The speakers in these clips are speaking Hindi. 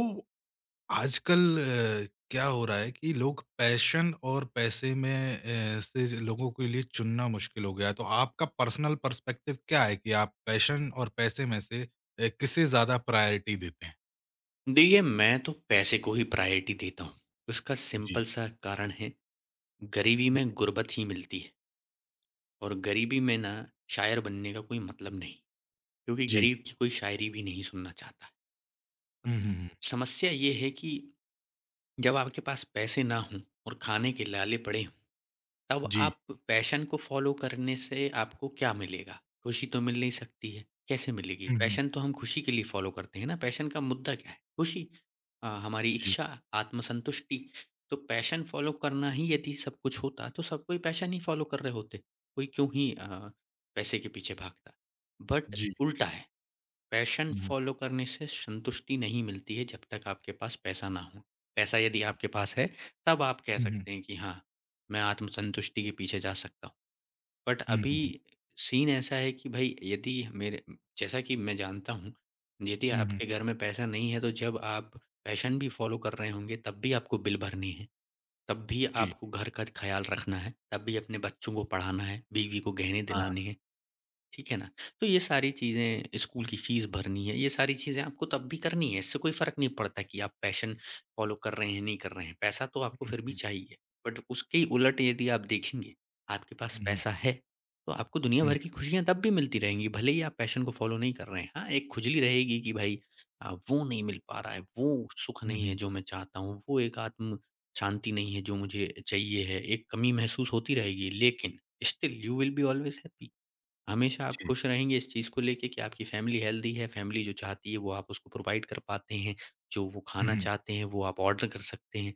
तो आजकल क्या हो रहा है कि लोग पैशन और पैसे में लोगों के लिए चुनना मुश्किल हो गया है। तो आपका पर्सनल पर्सपेक्टिव क्या है कि आप पैशन और पैसे में से किसे ज्यादा प्रायोरिटी देते हैं। देखिए, मैं तो पैसे को ही प्रायोरिटी देता हूँ। उसका जी। सिंपल सा कारण है, गरीबी में गुर्बत ही मिलती है और गरीबी में ना शायर बनने का कोई मतलब नहीं, क्योंकि जी। गरीब की कोई शायरी भी नहीं सुनना चाहता। हम्म, अब हम्म, हम्म। समस्या ये है कि जब आपके पास पैसे ना हों और खाने के लाले पड़े तब जी। आप पैशन को फ़ॉलो करने से आपको क्या मिलेगा? खुशी तो मिल नहीं सकती है, कैसे मिलेगी? हम्म, हम्म। पैशन तो हम खुशी के लिए फ़ॉलो करते हैं ना, पैशन का मुद्दा क्या है? खुशी, हमारी जी। इच्छा, आत्मसंतुष्टि। तो पैशन फ़ॉलो करना ही यदि सब कुछ होता, तो सब कोई पैशन ही फ़ॉलो कर रहे होते। कोई क्यों ही पैसे के पीछे भागता? बट जी। उल्टा है। पैशन हम्म, फॉलो करने से संतुष्टि नहीं मिलती है जब तक आपके पास पैसा ना हो। पैसा यदि आपके पास है, तब आप कह हम्म, सकते हैं कि हाँ, मैं आत्मसंतुष्टि के पीछे जा सकता हूँ। बट हम्म, अभी सीन ऐसा है कि भई यदि मेरे जैसा कि मैं जानता हूँ, यदि हम्म। आपके घर में पैसा नहीं है तो जब आप पैशन भी फॉलो कर रहे होंगे तब भी आपको बिल भरनी है, तब भी जी। आपको घर का ख़्याल रखना है, तब भी अपने बच्चों को पढ़ाना है, बीवी को गहने हाँ। दिलाने हैं। ठीक है ना? तो ये सारी चीज़ें स्कूल की फ़ीस भरनी है, ये सारी चीज़ें आपको तब भी करनी है, इससे कोई फ़र्क नहीं पड़ता कि आप पैशन फ़ॉलो कर रहे हैं, नहीं कर रहे हैं, पैसा तो आपको हम्म, फिर भी हम्म, चाहिए। बट उसके ही उलट यदि आप देखेंगे, आपके पास हम्म, पैसा है, तो आपको दुनिया हम्म, भर की खुशियाँ तब भी मिलती रहेंगी, भले ही आप पैशन को फ़ॉलो नहीं कर रहे हैं। हाँ, एक खुजली रहेगी कि भाई वो नहीं मिल पा रहा है, वो सुख नहीं है हम्म। जो मैं चाहता हूँ, वो एक आत्म शांति नहीं है जो मुझे चाहिए है, एक कमी महसूस होती रहेगी, लेकिन still you will be always happy. हमेशा आप जी। खुश रहेंगे इस चीज़ को लेके कि आपकी फैमिली हेल्दी है, फैमिली जो चाहती है वो आप उसको प्रोवाइड कर पाते हैं, जो वो हम्म, खाना हम्म। चाहते हैं वो आप ऑर्डर कर सकते हैं,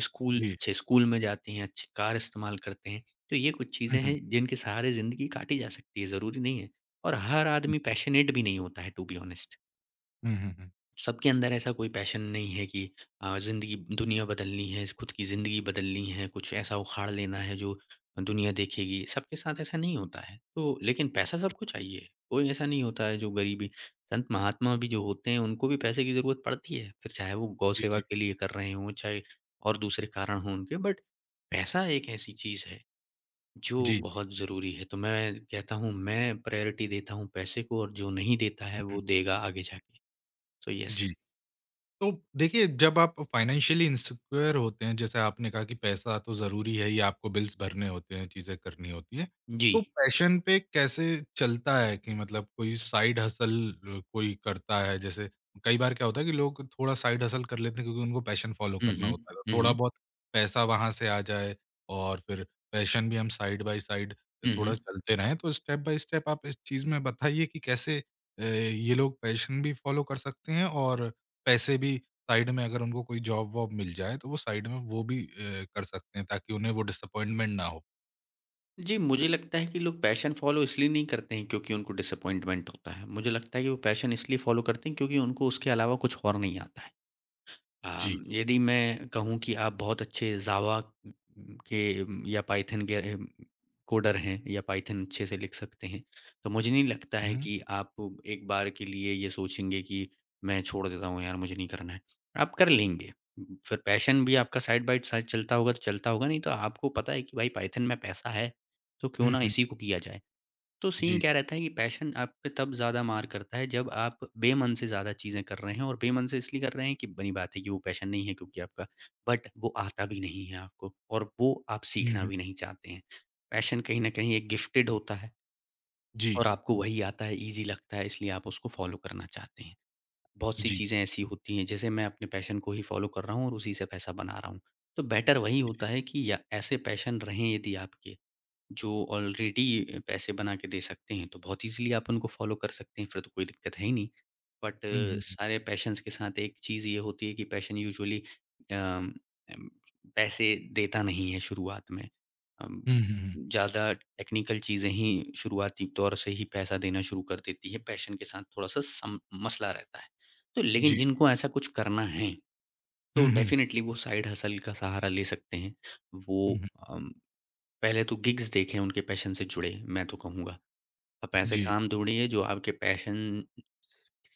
स्कूल जी। अच्छे स्कूल में जाते हैं, अच्छी कार इस्तेमाल करते हैं। तो ये कुछ चीज़ें हम्म, हैं जिनके सहारे ज़िंदगी काटी जा सकती है, ज़रूरी नहीं है और हर हम्म, आदमी पैशनेट भी नहीं होता है टू बी ऑनेस्ट। हम्म। सबके अंदर ऐसा कोई पैशन नहीं है कि ज़िंदगी दुनिया बदलनी है, खुद की ज़िंदगी बदलनी है, कुछ ऐसा उखाड़ लेना है जो दुनिया देखेगी, सबके साथ ऐसा नहीं होता है। तो लेकिन पैसा सबको चाहिए, कोई ऐसा नहीं होता है जो गरीबी संत महात्मा भी जो होते हैं उनको भी पैसे की ज़रूरत पड़ती है, फिर चाहे वो गौ जी। सेवा जी। के लिए कर रहे हों, चाहे और दूसरे कारण हों उनके, बट पैसा एक ऐसी चीज़ है जो जी। बहुत ज़रूरी है। तो मैं कहता हूँ मैं प्रायोरिटी देता हूँ पैसे को और जो नहीं देता है वो हम्म। देगा आगे जाके। So yes. जी। तो देखिए, जब आप फाइनेंशियली इनसिक्योर होते हैं, जैसे आपने कहा कि पैसा तो ज़रूरी है ही, आपको बिल्स भरने होते हैं, चीज़ें करनी होती हैं। जी। तो पैशन पे कैसे चलता है कि मतलब कोई साइड हसल कोई करता है? जैसे कई बार क्या होता है कि लोग थोड़ा साइड हसल कर लेते हैं क्योंकि उनको पैशन फ़ॉलो हुँ, करना हुँ। होता है। तो हुँ, थोड़ा हुँ। बहुत पैसा वहाँ से आ जाए और फिर पैशन भी हम साइड बाय साइड हुँ, थोड़ा हुँ। चलते रहें। तो स्टेप बाय स्टेप आप इस चीज़ में बताइए कि कैसे ये लोग पैशन भी फ़ॉलो कर सकते हैं और पैसे भी साइड में अगर उनको कोई जॉब-वॉब मिल जाए, तो वो साइड में वो भी कर सकते हैं ताकि उन्हें वो डिसअपॉइंटमेंट ना हो। जी, मुझे लगता है कि लोग पैशन फ़ॉलो इसलिए नहीं करते हैं क्योंकि उनको डिसअपॉइंटमेंट होता है। मुझे लगता है कि वो पैशन इसलिए फ़ॉलो करते हैं क्योंकि उनको उसके अलावा कुछ और नहीं आता है। जी। यदि मैं कहूँ कि आप बहुत अच्छे जावा के या पाइथन के कोडर हैं या पाइथन अच्छे से लिख सकते हैं, तो मुझे नहीं लगता है हुँ, कि आप एक बार के लिए ये सोचेंगे कि मैं छोड़ देता हूँ यार मुझे नहीं करना है। आप कर लेंगे। फिर पैशन भी आपका साइड बाय साइड चलता होगा तो चलता होगा, नहीं तो आपको पता है कि भाई पाइथन में पैसा है, तो क्यों हुँ, ना हुँ। इसी को किया जाए। तो सीन जी। क्या रहता है कि पैशन आप पे तब ज़्यादा मार करता है जब आप बेमन से ज़्यादा चीज़ें कर रहे हैं और बेमन से इसलिए कर रहे हैं कि बनी बात है कि वो पैशन नहीं है क्योंकि आपका बट वो आता भी नहीं है आपको और वो आप हुँ, सीखना हुँ। भी नहीं चाहते हैं। पैशन कहीं न कहीं एक गिफ्टेड होता है जी, और आपको वही आता है, ईज़ी लगता है इसलिए आप उसको फ़ॉलो करना चाहते हैं। बहुत सी जी। चीज़ें ऐसी होती हैं जैसे मैं अपने पैशन को ही फ़ॉलो कर रहा हूँ और उसी से पैसा बना रहा हूँ। तो बेटर वही होता है कि या ऐसे पैशन रहें यदि आपके जो ऑलरेडी पैसे बना के दे सकते हैं, तो बहुत ईज़िली आप उनको फ़ॉलो कर सकते हैं, फिर तो कोई दिक्कत है ही नहीं। बट हुँ, हुँ, हुँ। सारे पैशन्स के साथ एक चीज़ ये होती है कि पैशन यूजुअली अम, एम पैसे देता नहीं है शुरुआत में। अम, हुँ, हुँ, हुँ। ज़्यादा टेक्निकल चीज़ें ही शुरुआती तौर से ही पैसा देना शुरू कर देती है, पैशन के साथ थोड़ा-सा सम मसला रहता है। तो लेकिन जी। जिनको ऐसा कुछ करना है, तो हुँ, हुँ। डेफ़िनिटली वो साइड हसल का सहारा ले सकते हैं। वो हुँ, हुँ। अम पहले तो गिग्स देखें, उनके पैशन से जुड़े, मैं तो कहूँगा। आप ऐसे जी। काम ढूँढिए जो आपके पैशन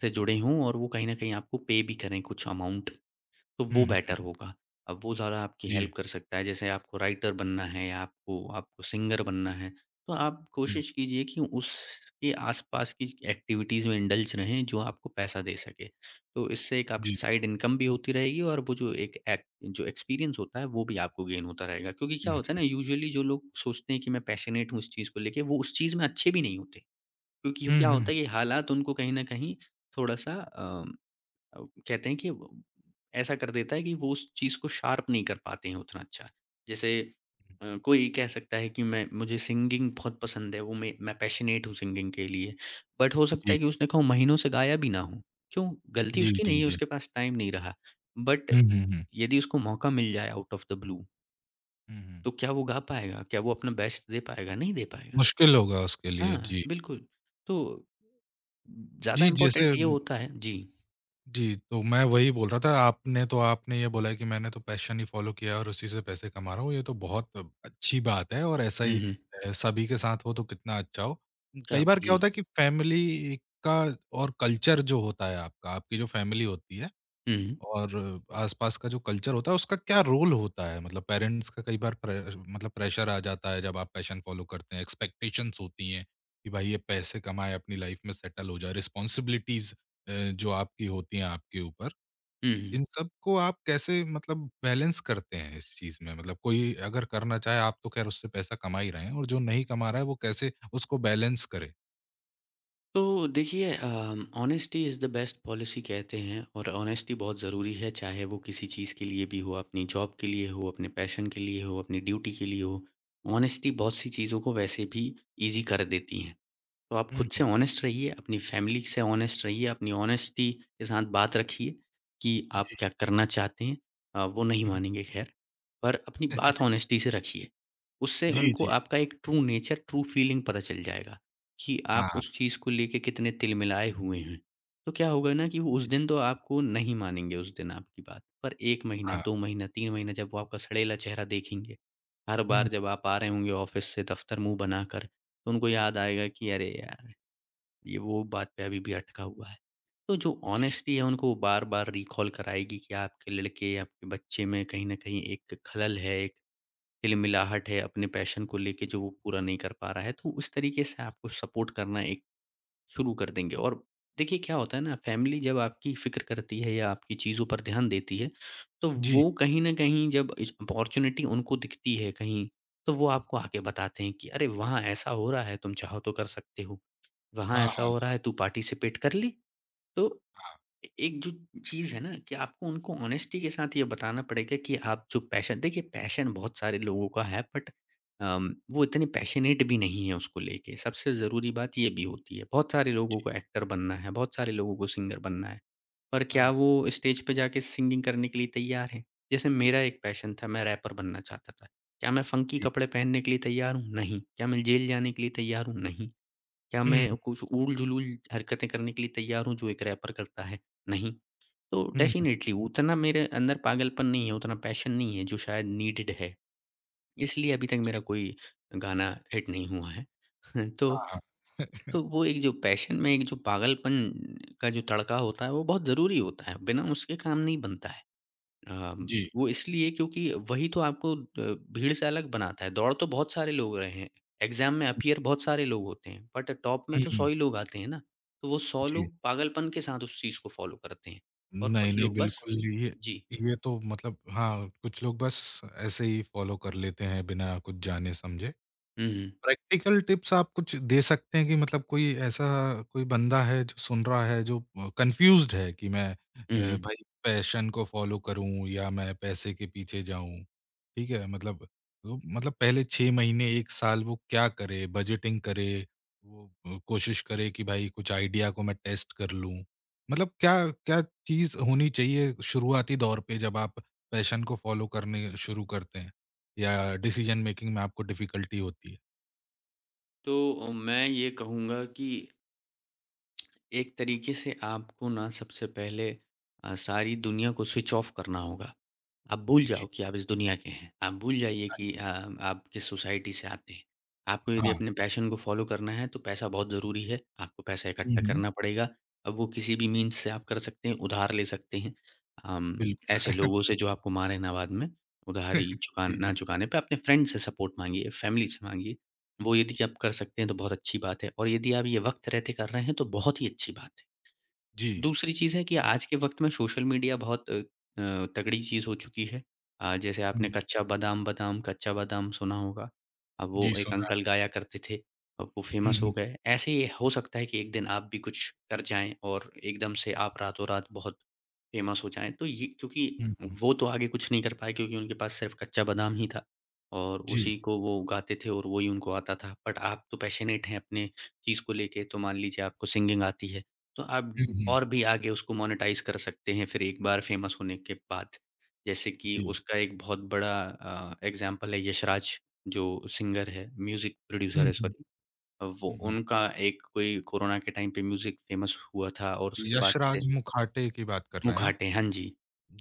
से जुड़े हों और वो कहीं न कहीं आपको पे भी करें कुछ अमाउंट। तो हुँ, वो हुँ। बेटर होगा। अब वो ज़्यादा आपकी जी। हेल्प कर सकता है। जैसे आपको राइटर बनना है या आपको आपको सिंगर बनना है, तो आप हुँ। कोशिश कीजिए कि उसके आस-पास की एक्टिविटीज़ में इंडल्ज रहें जो आपको पैसा दे सके। तो इससे एक जी। आपकी साइड इनकम भी होती रहेगी और वो जो एक एक जो एक्सपीरियंस होता है, वो भी आपको गेन होता रहेगा। क्योंकि हुँ, क्या होता है हुँ। ना यूजुअली जो लोग सोचते हैं कि मैं पैशनेट हूँ इस चीज़ को लेके, वो उस चीज़ में अच्छे भी नहीं होते। क्योंकि हुँ, क्या हुँ, हुँ। होता है ये हालात उनको कहीं न कहीं थोड़ा-सा अ, कहते हैं कि वो ऐसा कर देता है कि वो उस चीज़ को शार्प नहीं कर पाते हैं उतना अच्छा। जैसे कोई कह सकता है कि मैं मुझे सिंगिंग बहुत पसंद है, वो मैं पैशनेट हूँ सिंगिंग के लिए, बट हो सकता जी। है कि उसने कहूँ महीनों से गाया भी ना हो। क्यों? गलती जी, उसकी नहीं जी, है, जी। उसके पास टाइम नहीं रहा। बट हुँ, हुँ, हुँ। यदि उसको मौका मिल जाए आउट ऑफ द ब्लू, हुँ, हुँ। तो क्या वो गा पाएगा? क्या वो अपना बेस्ट दे पाएगा? नहीं दे पाएगा। मुश्किल होगा उसके लिए। हाँ, जी। बिल्कुल। तो ज़्यादा जी, जैसे इम्पोर्टेंट ये होता है जी। जी, तो मैं वही बोल रहा था, आपने ये बोला है कि मैंने तो पैशन ही फ़ॉलो किया और उसी से पैसे कमा रहा हूँ, ये तो बहुत अच्छी बात है और ऐसा हुँ, ही हुँ। सभी के साथ हो तो कितना अच्छा हो। क्या? कई बार क्या जी। होता है कि फैमिली का और कल्चर जो होता है आपका, आपकी जो फैमिली होती है हुँ, हुँ। और आसपास का जो कल्चर होता है उसका क्या रोल होता है? मतलब पेरेंट्स का कई बार प्रे मतलब प्रेशर आ जाता है जब आप पैशन फॉलो करते हैं, एक्सपेक्टेशंस होती हैं कि भाई ये पैसे कमाए, अपनी लाइफ में सेटल हो जाए, रिस्पॉन्सिबिलिटीज़ जो आपकी होती हैं आपके ऊपर, हुँ, हुँ। इन सब को आप कैसे मतलब बैलेंस करते हैं इस चीज़ में? मतलब कोई अगर करना चाहे आप तो खैर उससे पैसा कमा ही रहे हैं और जो नहीं कमा रहा है वो कैसे उसको बैलेंस करे? तो देखिए honesty is the best policy कहते हैं और ऑनेस्टी बहुत ज़रूरी है चाहे वो किसी चीज़ के लिए भी हो अपनी जॉब के लिए हो अपने पैशन के लिए हो अपनी ड्यूटी के लिए हो ऑनेस्टी बहुत सी चीज़ों को वैसे भी इजी कर देती है तो आप हुँ, खुद से हुँ। ऑनेस्ट रहिए, अपनी फैमिली से ऑनेस्ट रहिए, अपनी ऑनेस्टी के साथ बात रखिए कि आप जी। क्या करना चाहते हैं। वो नहीं हुँ, हुँ। मानेंगे ख़ैर, पर अपनी बात ऑनेस्टी से रखिए। उससे जी, उनको जी। आपका एक ट्रू नेचर, ट्रू फीलिंग पता चल जाएगा कि हाँ, आप हाँ। उस चीज़ को लेके कितने तिलमिलाए हुए हैं। तो क्या होगा ना कि वो उस जी, दिन तो आपको नहीं मानेंगे उस दिन आपकी बात, पर 1 महीना, हाँ। 2 महीना, 3 महीना जब वो आपका सड़ेला चेहरा देखेंगे, हर हुँ, बार जब आप आ रहे होंगे ऑफ़िस से दफ़्तर मुँह बनाकर तो उनको याद आएगा कि अरे यार, ये वो बात पे अभी भी अटका हुआ है। तो जो जी। ऑनेस्टी है उनको बार-बार रिकॉल कराएगी कि आपके लड़के, आपके बच्चे में कहीं न कहीं एक खलल है, एक तिलमिलाहट है अपने पैशन को लेके जो वो पूरा नहीं कर पा रहा है। तो उस तरीके से आपको सपोर्ट करना एक शुरू कर देंगे और देखिए क्या होता है ना फैमिली जब आपकी फ़िक्र करती है या आपकी चीज़ों पर ध्यान देती है, तो जी। वो कहीं न कहीं जब इस अपॉर्च्युनिटी उनको दिखती है कहीं, तो वो आपको आके बताते हैं कि अरे! वहाँ ऐसा हो रहा है तुम चाहो तो कर सकते हो, वहाँ हाँ, ऐसा हाँ। हो रहा है तू पार्टिसिपेट कर ले, तो ए एक जो चीज़ है ना कि आपको उनको ऑनेस्टी के साथ ये बताना पड़ेगा कि आप जो पैशन देखिए पैशन बहुत सारे लोगों का है बट वो इतने पैशनेट भी नहीं है उसको लेके। सबसे ज़रूरी बात ये भी होती है। बहुत सारे लोगों को एक्टर बनना है, बहुत सारे लोगों को सिंगर बनना है। पर क्या हाँ, वो स्टेज पे जाके सिंगिंग करने के लिए तैयार हैं? जैसे मेरा एक पैशन था, मैं रैपर बनना चाहता था। क्या मैं फ़ंकी जी। कपड़े पहनने के लिए तैयार हूँ? नहीं। क्या मैं जेल जाने के लिए तैयार हूँ? नहीं। क्या हुँ, मैं कुछ ऊल-जुलूल हरकतें करने के लिए तैयार हूँ जो एक रैपर करता है? नहीं। तो हुँ, हुँ। डेफ़िनेटली उतना मेरे अंदर पागलपन नहीं है, उतना पैशन नहीं है जो शायद नीडेड है, इसलिए अभी तक मेरा कोई गाना हिट नहीं हुआ है। हाँ, तो हाँ। तो वो एक जो पैशन में एक जो पागलपन का जो तड़का होता है, वो बहुत ज़रूरी होता है, बिना उसके काम नहीं बनता है। अम, जी। वो इसलिए क्योंकि वही तो आपको भीड़ से अलग बनाता है। दौड़ तो बहुत सारे लोग रहे हैं, एग्ज़ाम में अपीयर बहुत सारे लोग होते हैं, बट टॉप में हुँ, तो 100 हुँ, ही लोग आते हैं ना, तो वो 100 जी। लोग पागलपन के साथ उस चीज़ को फ़ॉलो करते हैं और नहीं, कुछ नहीं, लोग बस बिल्कुल ये जी। ये तो मतलब हाँ, कुछ लोग बस ऐसे ही फ़ॉलो कर लेते हैं बिना कुछ जाने समझे। हुँ, हुँ। प्रैक्टिकल टिप्स आप कुछ दे सकते हैं कि मतलब कोई ऐसा कोई बंदा है जो सुन रहा है जो कंफ्यूज्ड है कि मैं हुँ, हुँ। भाई पैशन को फॉलो करूं या मैं पैसे के पीछे जाऊं ठीक है मतलब मतलब पहले 6 महीने एक साल वो क्या करे, बजटिंग करे, वो कोशिश करे कि भाई कुछ आइडिया को मैं टेस्ट कर लूं, मतलब क्या क्या चीज़ होनी चाहिए शुरुआती दौर पे जब आप पैशन को फॉलो करने शुरू करते हैं या डिसीजन मेकिंग में आपको डिफिकल्टी होती है। तो मैं ये कहूँगा कि एक तरीके से आपको ना सबसे पहले सारी दुनिया को स्विच ऑफ करना होगा। आप भूल जी, जाओ कि आप इस दुनिया के हैं। आप भूल जाइए हाँ कि जी। आप किस सोसाइटी से आते हैं। आपको यदि हाँ। अपने पैशन को फ़ॉलो करना है तो पैसा बहुत ज़रूरी है। आपको पैसा हुँ, इकट्ठा हुँ। करना पड़ेगा। अब वो किसी भी मीन्स से आप कर सकते हैं, उधार ले सकते हैं। अम, बिल्कुल। ऐसे लोगों से जो आपको मारे ना बाद में, उधारी चुका जी, ना जी। चुकाने पे अपने फ्रेंड से सपोर्ट माँगिए, फैमिली से माँगिए। वो यदि आप कर सकते हैं तो बहुत अच्छी बात है और यदि आप ये वक्त रहते कर रहे हैं तो बहुत ही अच्छी बात है। जी। दूसरी चीज़ है कि आज के वक़्त में सोशल मीडिया बहुत तगड़ी चीज़ हो चुकी है। जैसे आपने हुँ, कच्चा बादाम बादाम, कच्चा बादाम सुना होगा। अब जी वो एक सुना है। अंकल गाया करते थे, अब वो हुँ, फ़ेमस हो हुँ। गए। ऐसे ही हो सकता है कि एक दिन आप भी कुछ कर जाएँ और एकदम से आप रातों-रात बहुत फ़ेमस हो जाएँ। तो ये क्योंकि हुँ, हुँ। वो तो आगे कुछ नहीं कर पाए क्योंकि उनके पास सिर्फ़ कच्चा बादाम ही था और जी। उसी को वो गाते थे और वही उनको आता था। बट आप तो पैशनेट हैं अपने चीज़ को लेके, तो मान लीजिए आपको सिंगिंग आती है, तो आप हुँ, हुँ। और भी आगे उसको मोनेटाइज़ कर सकते हैं फिर एक बार फ़ेमस होने के बाद। जैसे कि जी। उसका एक बहुत बड़ा एग्ज़ाम्पल है यशराज जो सिंगर है, म्यूज़िक हुँ, प्रोड्यूसर है हुँ। सॉरी। वो हुँ, हुँ। उनका एक कोई कोरोना के टाइम पे म्यूज़िक फ़ेमस हुआ था और उसके बाद से यशराज मुखाटे की बात कर रहे हैं आप? मुखाटे हाँ जी।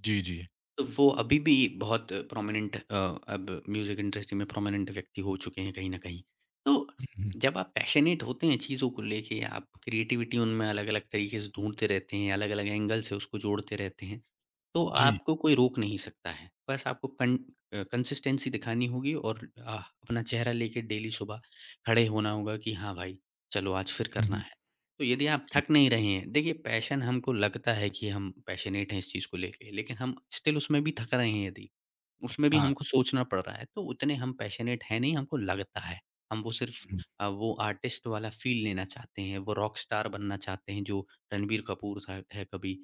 जी, जी। तो वो अभी भी बहुत प्रोमिनेंट अब म्यूज़िक इंडस्ट्री में प्रोमिनेंट व्यक्ति हो चुके हैं कहीं न कहीं। तो हुँ, हुँ। जब आप पैशनेट होते हैं चीज़ों को लेके, आप क्रिएटिविटी उनमें अलग-अलग तरीके से ढूँढते रहते हैं, अलग-अलग एंगल से उसको जोड़ते रहते हैं, तो जी। आपको कोई रोक नहीं सकता है। बस आपको कंसिस्टेंसी दिखानी होगी और अपना चेहरा लेके डेली सुबह खड़े होना होगा कि हाँ भाई, चलो आज फिर हुँ, करना हुँ। है। तो यदि आप जी। थक नहीं रहे हैं देखिए पैशन हमको लगता है कि हम पैशनेट हैं इस चीज़ को लेके, लेकिन हम स्टिल उसमें भी थक रहे हैं यदि, उसमें भी हाँ। हमको सोचना पड़ रहा है, तो उतने हम पैशनेट हैं नहीं, हमको लगता है। हम वो सिर्फ़ हुँ, हुँ। वो आर्टिस्ट वाला फ़ील लेना चाहते हैं, वो रॉक स्टार बनना चाहते हैं जो रणबीर कपूर था है कभी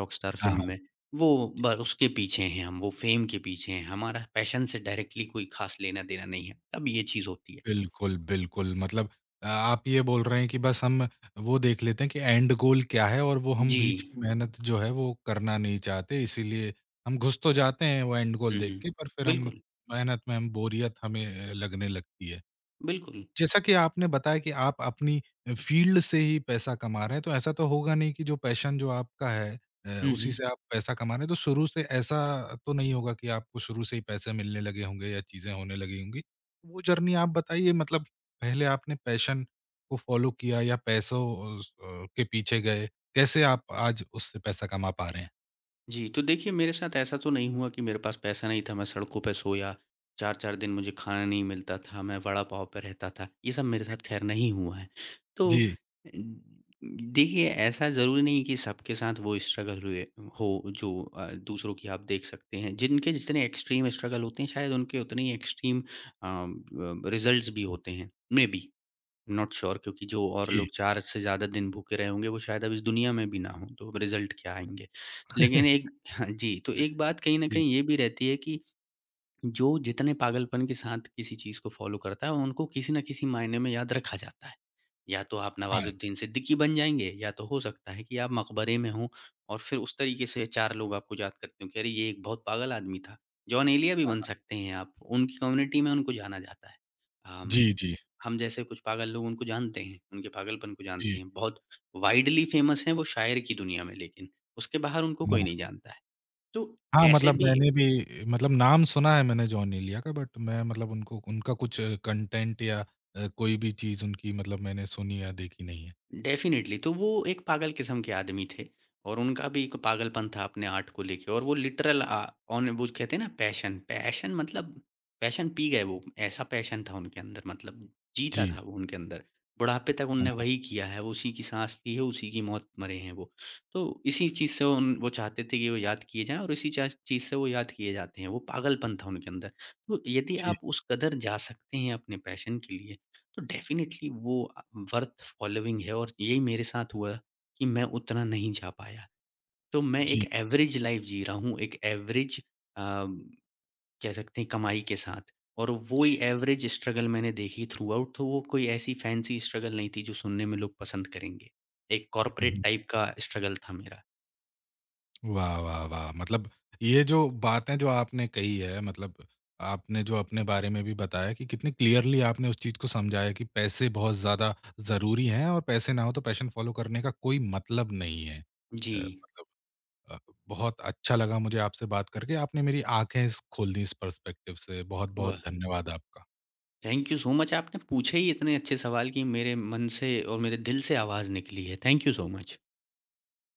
रॉक स्टार हाँ, फ़िल्म हाँ। में, वो ब उसके पीछे हैं हम, वो फ़ेम के पीछे हैं। हमारा पैशन से डायरेक्टली कोई ख़ास लेना-देना नहीं है, तब ये चीज़ होती है। बिल्कुल, बिल्कुल। मतलब आप ये बोल रहे हैं कि बस हम वो देख लेते हैं कि एंड गोल क्या है और वो हम जी। बीच की मेहनत जो है वो करना नहीं चाहते, इसीलिए हम घुस तो जाते हैं वो एंड गोल हुँ, देख हुँ। के पर फिर हम बिल्कुल, मेहनत में, हम बोरियत हमें लगने लगती है। बिल्कुल। जैसा कि आपने बताया कि आप अपनी फ़ील्ड से ही पैसा कमा रहे हैं, तो ऐसा तो होगा नहीं कि जो पैशन जो आपका है हुँ, उसी हुँ। से आप पैसा कमा रहे हैं, तो शुरू से ऐसा तो नहीं होगा कि आपको शुरू से ही पैसे मिलने लगे होंगे या चीज़ें होने लगी होंगी। वो जर्नी आप बताइए, मतलब पहले आपने पैशन को फ़ॉलो किया या पैसों उस अ, के पीछे गए? कैसे आप आज उससे पैसा कमा पा रहे हैं? जी, तो देखिए मेरे साथ ऐसा तो नहीं हुआ कि मेरे पास पैसा नहीं था, मैं सड़कों पे सोया, 4-4 दिन मुझे खाना नहीं मिलता था, मैं वड़ा पाव पे रहता था, ये सब मेरे साथ ख़ैर नहीं हुआ है। तो जी, अ, देखिए ऐसा ज़रूरी नहीं कि सबके साथ वो स्ट्रगल हुए हो जो दूसरों की आप देख सकते हैं। जिनके जितने एक्सट्रीम स्ट्रगल होते हैं शायद उनके उतने ही एक्सट्रीम अ, ब रिज़ल्ट्स भी होते हैं, मेबी। नॉट श्योर क्योंकि जो और जी। लोग 4 से ज़्यादा दिन भूखे रहे होंगे, वो शायद अब इस दुनिया में भी ना हों, तो अब रिज़ल्ट क्या आएँगे? लेकिन एक हाँ जी, तो एक बात कहीं न जी। कहीं ये भी रहती है कि जो जितने पागलपन के साथ किसी चीज़ को फ़ॉलो करता है, उनको किसी न किसी मायने में याद रखा जाता है। या तो आप हाँ, हाँ, नवाज़ुद्दीन सिद्दीकी बन जाएँगे या तो हो सकता है कि आप मकबरे में हों और फिर उस तरीके से 4 लोग आपको याद करते हों कि अरे! ये एक बहुत पागल आदमी था। जॉन एलिया भी बन हाँ। सकते हैं आप, उनकी कम्युनिटी में उनको जाना जाता है। जी, अम, जी, हम जैसे कुछ पागल लोग उनको जानते हैं, उनके पागलपन को जी। जानते हैं। बहुत वाइडली फ़ेमस हैं वो शायर की दुनिया में लेकिन, उसके बाहर उनको कोई नहीं जानता है। तो हाँ, ऐसे मतलब भी मैंने भी मतलब नाम सुना है मैंने जॉन एलिया का, बट मैं मतलब उनको, उनका कुछ कंटेंट या कोई भी चीज़ उनकी, मतलब मैंने सुनी या देखी नहीं है। डेफ़िनिटली, तो वो एक पागल किस्म के आदमी थे और उनका भी एक पागलपन था अपने आर्ट को लेके और वो लिटरल ऑन वो कहते हैं ना पैशन, पैशन मतलब पैशन पी गए वो, ऐसा पैशन था उनके अंदर मतलब जीता जी। था वो उनके अंदर। बुढ़ापे तक हाँ, उनने वही हाँ। किया है, वो उसी की साँस ली है, उसी की मौत मरे हैं वो। तो इसी चीज़ से उन वो चाहते थे कि वो याद किए जाएँ और इसी चा चीज़ से वो याद किए जाते हैं, वो पागलपन था उनके अंदर। तो यदि जी, आप उस कदर जा सकते हैं अपने पैशन के लिए, तो डेफ़िनिटली वो वर्थ फ़ॉलोइंग है और यही मेरे साथ हुआ कि मैं उतना नहीं जा पाया। तो मैं एक जी, एवरेज लाइफ़ जी रहा हूँ, एक एवरेज अ, कह सकते हैं कमाई के साथ और वो जी। ही एवरेज स्ट्रगल मैंने देखी थ्रूआउट तो वो कोई ऐसी फैंसी स्ट्रगल नहीं थी जो सुनने में लोग पसंद करेंगे। एक हुँ, कॉर्पोरेट हुँ। टाइप का स्ट्रगल था मेरा। वाह, वाह, वाह! मतलब ये जो बातें जो आपने कही है, मतलब आपने जो अपने बारे में भी बताया कि कितनी क्लियरली आपने उस चीज़ को समझाया कि पैसे बहुत ज़्यादा ज़रूरी हैं और पैसे ना हो तो पैशन फ़ॉलो करने का कोई मतलब नहीं है। जी, मतलब अ, बहुत अच्छा लगा मुझे आपसे बात करके। आपने मेरी आँखें स खोल दी इस पर्सपेक्टिव से। बहुत-बहुत हुँ। वाह! धन्यवाद आपका। थैंक यू सो मच आपने पूछे ही इतने अच्छे सवाल कि मेरे मन से और मेरे दिल से आवाज़ निकली है। Thank you so much.